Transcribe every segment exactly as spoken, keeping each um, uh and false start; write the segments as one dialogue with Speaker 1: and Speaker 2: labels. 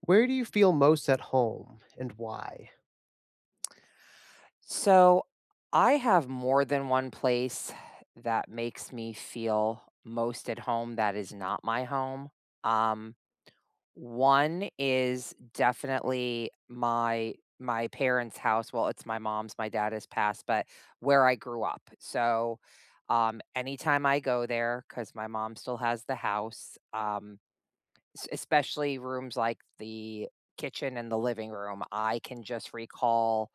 Speaker 1: Where do you feel most at home and why?
Speaker 2: So I have more than one place that makes me feel most at home that is not my home. Um, One is definitely my my parents' house. Well, it's my mom's, my dad has passed, but where I grew up. So um anytime I go there, because my mom still has the house, um, es- especially rooms like the kitchen and the living room. I can just recall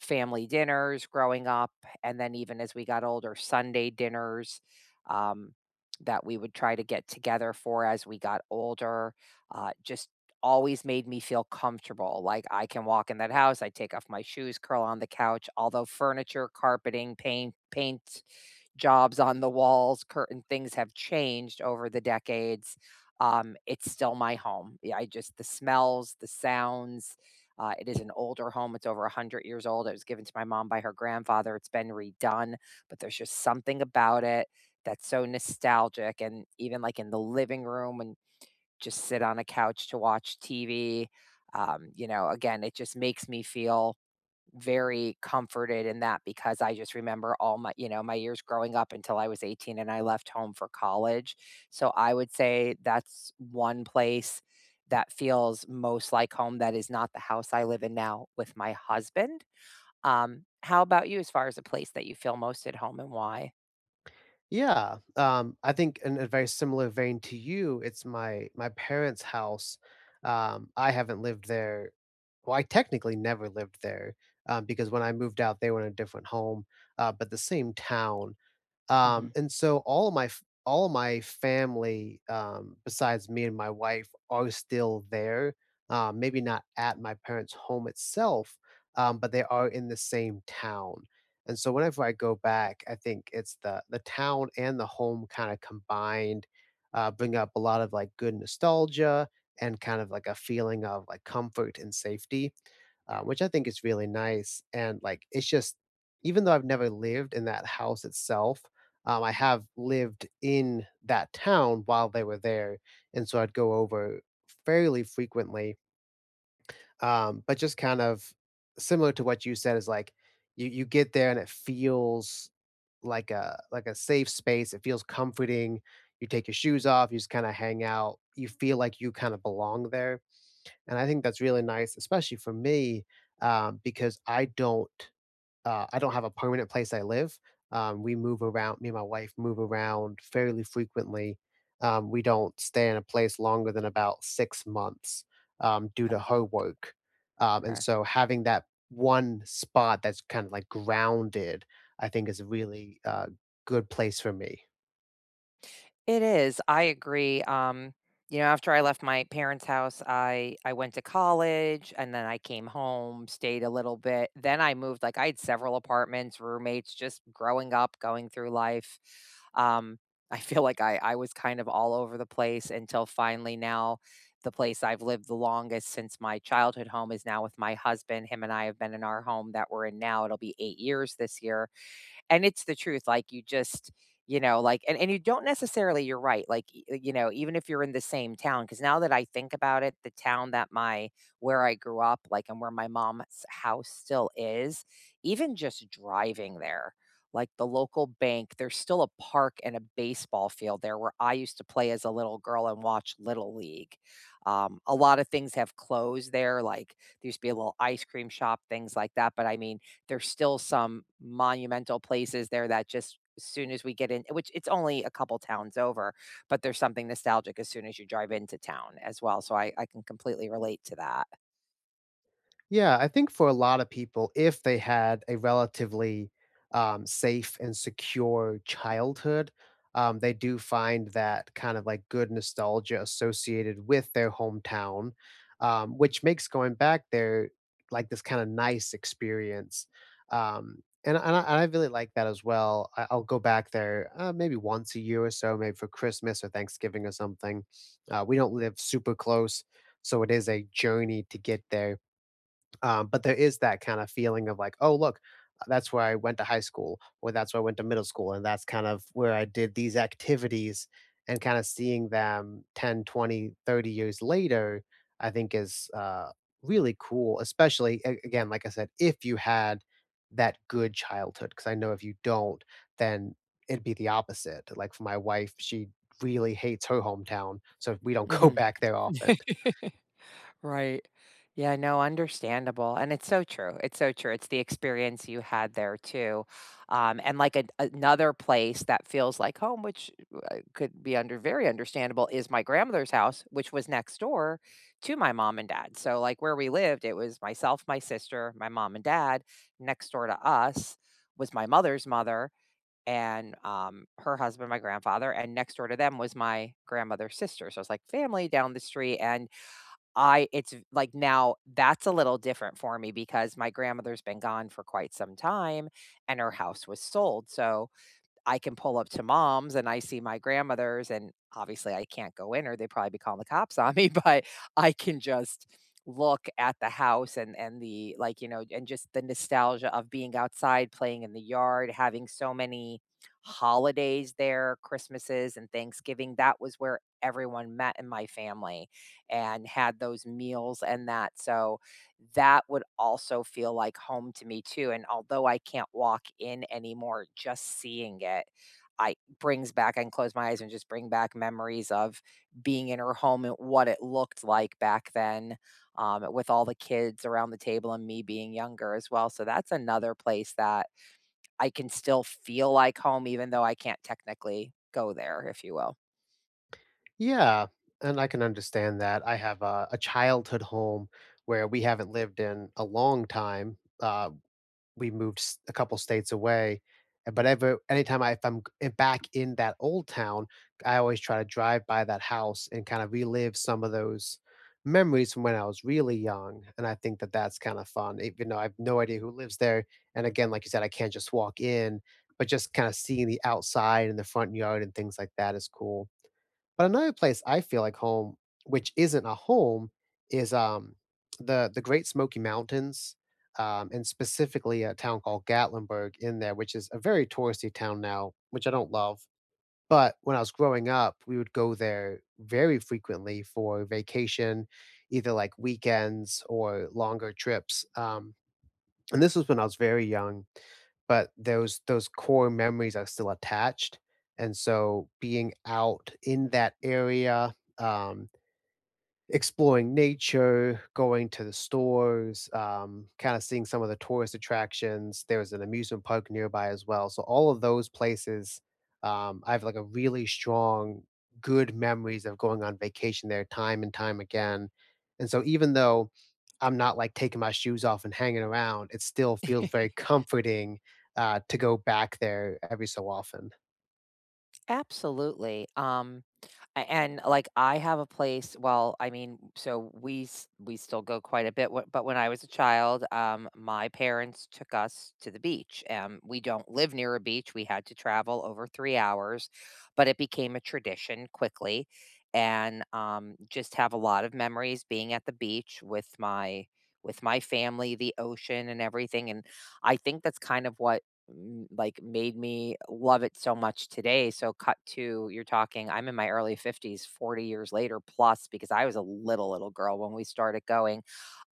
Speaker 2: family dinners growing up, and then even as we got older, Sunday dinners um, that we would try to get together for as we got older. Uh, just always made me feel comfortable. Like I can walk in that house, I take off my shoes, curl on the couch, although furniture, carpeting, paint, paint jobs on the walls, curtain things have changed over the decades, um, it's still my home. Yeah, I just the smells, the sounds. Uh, it is an older home. It's over one hundred years old. It was given to my mom by her grandfather. It's been redone, but there's just something about it that's so nostalgic. And even like in the living room and just sit on a couch to watch T V, um, you know, again, it just makes me feel very comforted in that because I just remember all my, you know, my years growing up until I was eighteen and I left home for college. So I would say that's one place that feels most like home that is not the house I live in now with my husband. Um, how about you as far as a place that you feel most at home and why?
Speaker 1: Yeah, um, I think in a very similar vein to you, it's my my parents' house. Um, I haven't lived there. Well, I technically never lived there um, because when I moved out, they were in a different home, uh, but the same town.
Speaker 2: Hmm.
Speaker 1: Um, and so all of my f all of my family, um, besides me and my wife are still there, um, maybe not at my parents' home itself, um, but they are in the same town. And so whenever I go back, I think it's the the town and the home kinda combined, uh, bring up a lot of, like, good nostalgia and kind of like a feeling of, like, comfort and safety uh, which I think is really nice. And like, it's just, even though I've never lived in that house itself, um, I have lived in that town while they were there. And so I'd go over fairly frequently. Um, but just kind of similar to what you said is like, you, you get there and it feels like a like a safe space. It feels comforting. You take your shoes off. You just kind of hang out. You feel like you kind of belong there, and I think that's really nice, especially for me, um, because I don't uh, I don't have a permanent place I live. Um, we move around. Me and my wife move around fairly frequently. Um, we don't stay in a place longer than about six months um, due to her
Speaker 2: Oh,
Speaker 1: work, um, and
Speaker 2: okay.
Speaker 1: so having that one spot that's kind of like grounded, I think, is a really uh, good place for me.
Speaker 2: It is, I agree, um, you know, after I left my parents' house, I I went to college, and then I came home, stayed a little bit, then I moved, like, I had several apartments, roommates, just growing up, going through life, um, I feel like I I was kind of all over the place until finally now, the place I've lived the longest since my childhood home is now with my husband, him and I have been in our home that we're in now, it'll be eight years this year, and it's the truth, like, you just you know, like and and you don't necessarily you're right, like, e e, you know, even if you're in the same town, because now that I think about it, the town that my where I grew up, like, and where my mom's house still is, even just driving there, like, the local bank, there's still a park and a baseball field there where I used to play as a little girl and watch Little League. Um, a lot of things have closed there, like, there used to be a little ice cream shop, things like that, but I mean, there's still some monumental places there that just as soon as we get in, which it's only a couple towns over, but there's something nostalgic as soon as you drive into town as well. So I, I can completely relate to that.
Speaker 1: Yeah, I think for a lot of people, if they had a relatively um, safe and secure childhood, um, they do find that kind of like good nostalgia associated with their hometown, um, which makes going back there like this kind of nice experience. Um, and, and, I, and I really like that as well. I, I'll go back there uh, maybe once a year or so, maybe for Christmas or Thanksgiving or something. Uh, we don't live super close, so it is a journey to get there um, but there is that kind of feeling of like, oh, look, that's where I went to high school, or that's where I went to middle school, and that's kind of where I did these activities. And kind of seeing them ten, twenty, thirty years later, I think is uh, really cool, especially a- again, like I said, if you had that good childhood. Because I know if you don't, then it'd be the opposite. Like for my wife, she really hates her hometown. So we don't go
Speaker 2: Mm-hmm.
Speaker 1: back there often.
Speaker 2: Right. Yeah, no, understandable. And it's so true. It's so true. It's the experience you had there too. Um, and like a, another place that feels like home, which uh, could be under very understandable, is my grandmother's house, which was next door to my mom and dad. So, like where we lived, it was myself, my sister, my mom and dad. Next door to us was my mother's mother and um, her husband, my grandfather. And next door to them was my grandmother's sister. So it's like family down the street. And I it's v like, now that's a little different for me because my grandmother's been gone for quite some time, and her house was sold, so I can pull up to mom's and I see my grandmother's, and obviously I can't go in or they'd probably be calling the cops on me, but I can just look at the house and and the like, you know, and just the nostalgia of being outside, playing in the yard, having so many holidays there, Christmases and Thanksgiving. That was where everyone met in my family and had those meals and that. So that would also feel like home to me too, and although I can't walk in anymore, just seeing it, I brings back I can close my eyes and just bring back memories of being in her home and what it looked like back then, um, with all the kids around the table and me being younger as well, so that's another place that I can still feel like home even though I can't technically go there, if you will.
Speaker 1: Yeah, and I can understand that. I have a a childhood home where we haven't lived in a long time, uh We moved s- a couple states away. And But ever anytime I if I'm g- i- back in that old town, I always try to drive by that house and kind of relive some of those memories from when I was really young. And I think that that's kind of fun, even though I have no idea who lives there. And again, like you said, I can't just walk in, but just kind of seeing the outside and the front yard and things like that is cool. But another place I feel like home, which isn't a home, is, um, the the Great Smoky Mountains, um, and specifically a town called Gatlinburg in there, which is a very touristy town now, which I don't love. But when I was growing up, we would go there very frequently for vacation, either like weekends or longer trips, um, and this was when I was very young, but those those core memories are still attached. And so being out in that area, um, exploring nature, going to the stores, um, kind of seeing some of the tourist attractions. There was an amusement park nearby as well. So all of those places, um, I have like a really strong, good memories of going on vacation there time and time again. And so even though I'm not like taking my shoes off and hanging around, it still feels very comforting uh, to go back there every so often.
Speaker 2: Absolutely, um, A- And like I have a place, well, I mean, so we s- we still go quite a bit, wh- but when I was a child, um, my parents took us to the beach. Um, we don't live near a beach. We had to travel over three hours, but it became a tradition quickly, and um, just have a lot of memories being at the beach with my with my family, the ocean, and everything. And I think that's kind of what m- like made me love it so much today. So cut to you're talking I'm in my early fifties, forty years later plus because I was a little little girl when we started going.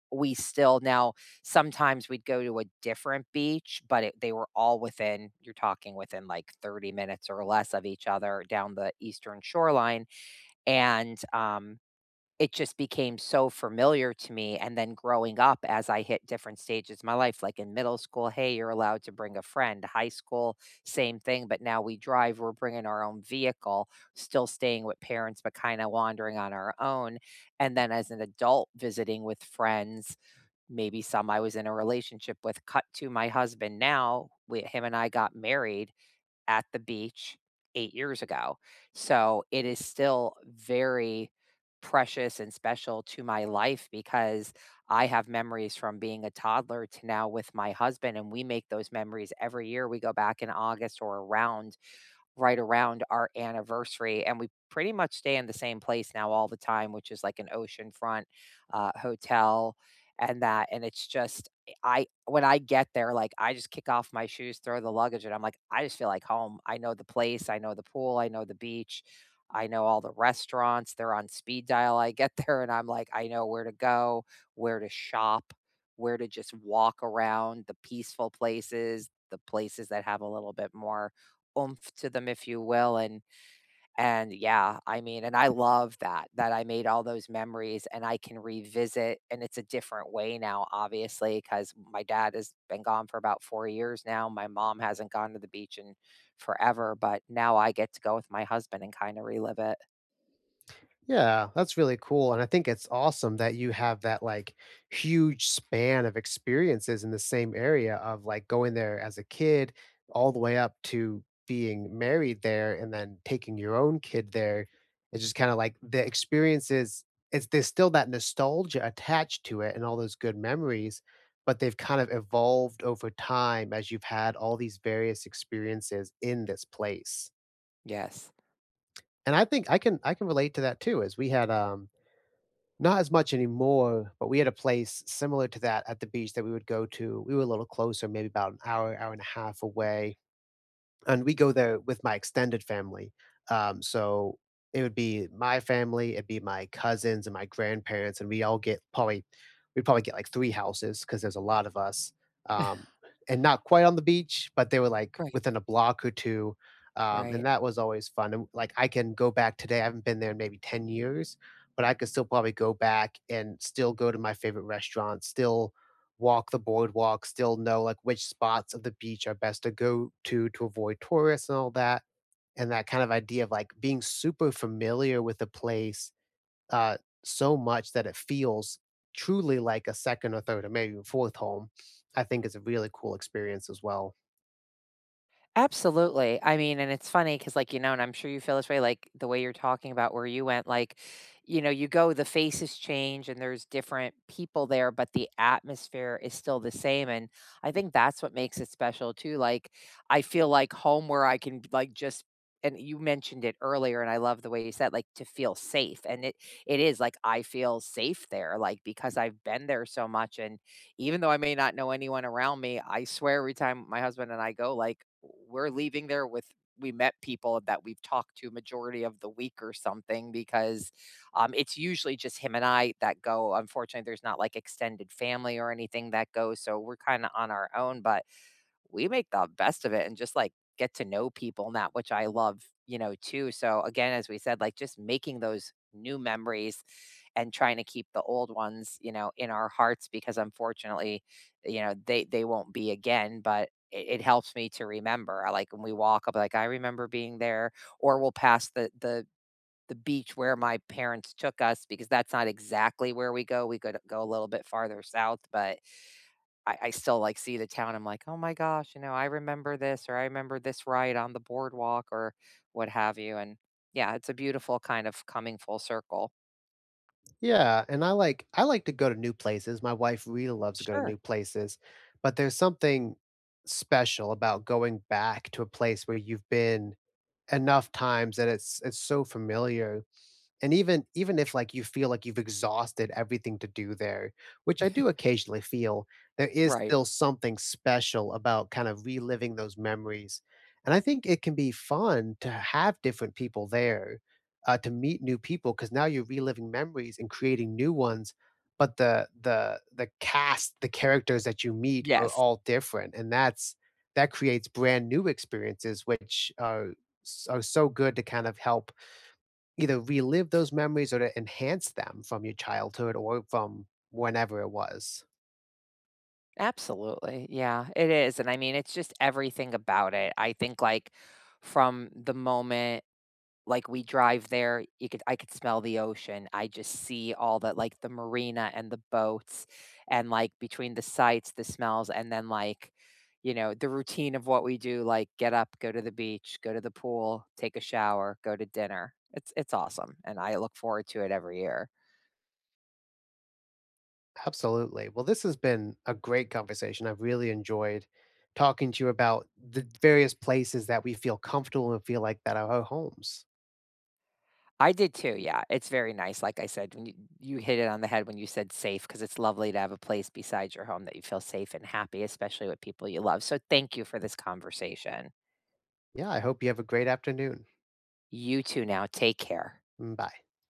Speaker 2: We still now sometimes we'd go to a different beach, but it, they were all within you're talking within like thirty minutes or less of each other down the eastern shoreline and um it just became so familiar to me, and then growing up as I hit different stages of my life, like in middle school, "Hey, you're allowed to bring a friend." High school, same thing, but now we drive, we're bringing our own vehicle, still staying with parents, but kinda wandering on our own, and then as an adult visiting with friends, maybe some I was in a relationship with, cut to my husband now, we him and I got married, at the beach eight years ago. So, it is still very precious and special to my life because I have memories from being a toddler to now with my husband, and we make those memories every year. We go back in August or around right around our anniversary, and we pretty much stay in the same place now all the time, which is like an oceanfront, uh, hotel and that, and it's just eh, I when I get there, like, I just kick off my shoes, throw the luggage, and I'm like, "I just feel like home. I know the place, I know the pool, I know the beach, I know all the restaurants, they're on speed dial." I get there, and I'm like, "I know where to go, where to shop, where to just walk around, the peaceful places, the places that have a little bit more oomph to them, if you will, and and yeah, I mean, and I love that, that I made all those memories and I can revisit and it's a different way now, obviously, because my dad has been gone for about four years now, my mom hasn't gone to the beach in forever, but now I get to go with my husband and kinda relive it.
Speaker 1: Yeah, that's really cool, and I think it's awesome that you have that, like, huge span of experiences in the same area of, like, going there as a kid all the way up to being married there and then taking your own kid there. It's just kinda like the experiences it's there's still that nostalgia attached to it and all those good memories, but they've kind of evolved over time as you've had all these various experiences in this place,
Speaker 2: Yes.
Speaker 1: and I think I can I can relate to that too, as we had, um not as much anymore, but we had a place similar to that at the beach that we would go to. We were a little closer, maybe about an hour, hour and a half away. And we go there with my extended family. Um, so it would be my family, it'd be my cousins and my grandparents, and we all get probably we'd probably get like three houses because there's a lot of us. Um, and not quite on the beach, but they were like
Speaker 2: Right,
Speaker 1: within a block or two. Um, and
Speaker 2: right.
Speaker 1: that was always fun. And like I can go back today. I haven't been there in maybe ten years, but I could still probably go back and still go to my favorite restaurant, still walk the boardwalk, still know like which spots of the beach are best to go to to avoid tourists and all that. And that kind of idea of like being super familiar with the place uh, so much that it feels truly like a second or third or maybe even fourth home, I think, is a really cool experience as well.
Speaker 2: Absolutely. I mean, and it's funny because, like, you know, and I'm sure you feel this way, like the way you're talking about where you went, like, you know, you go, the faces change and there's different people there, but the atmosphere is still the same. And I think that's what makes it special, too. Like, I feel like home where I can, like, just, and you mentioned it earlier, and I love the way you said, like, to feel safe. And it, it is like, I feel safe there, like, because I've been there so much. And even though I may not know anyone around me, I swear every time my husband and I go, like, we're leaving there with we met people that we've talked to majority of the week or something because um, it's usually just him and I that go. Unfortunately, there's not like extended family or anything that goes, so we're kind of on our own. But we make the best of it and just like get to know people and that which I love, you know, too. So again, as we said, like just making those new memories and trying to keep the old ones, you know, in our hearts because unfortunately, you know, they they won't be again, but it, it helps me to remember. I like when we walk up like I remember being there or we'll pass the the the beach where my parents took us because that's not exactly where we go. We could go a little bit farther south, but I I still, like, see the town, I'm like, "Oh my gosh," you know, "I remember this," or "I remember this ride on the boardwalk," or what have you, and yeah, it's a beautiful kind of coming full circle.
Speaker 1: Yeah, and I like I like to go to new places. My wife really loves to go to
Speaker 2: Sure.
Speaker 1: new places, but there's something special about going back to a place where you've been enough times that it's it's so familiar, and even even if, like, you feel like you've exhausted everything to do there, which I do occasionally feel, there is
Speaker 2: Right.
Speaker 1: still something special about kind of reliving those memories. And I think it can be fun to have different people there, uh, to meet new people, because now you're reliving memories and creating new ones, but the the the cast, the characters that you meet are
Speaker 2: Yes.
Speaker 1: all different, and that's that creates brand new experiences, which are s are so good to kind of help either relive those memories or to enhance them from your childhood or from whenever it was.
Speaker 2: Absolutely. Yeah, it is, and I mean, it's just everything about it. I think, like, from the moment like, we drive there, you could I could smell the ocean. I just see all the like, the marina and the boats and, like, between the sights, the smells, and then, like, you know, the routine of what we do, like, get up, go to the beach, go to the pool, take a shower, go to dinner. It's it's awesome, and I look forward to it every year.
Speaker 1: Absolutely. Well, this has been a great conversation. I've really enjoyed talking to you about the various places that we feel comfortable and feel like that are our homes.
Speaker 2: I did too, yeah, it's very nice, like I said, when you you hit it on the head when you said safe because it's lovely to have a place besides your home that you feel safe and happy, especially with people you love, so thank you for this conversation.
Speaker 1: Yeah, I hope you have a great afternoon.
Speaker 2: You too now. Take care.
Speaker 1: Mm, bye.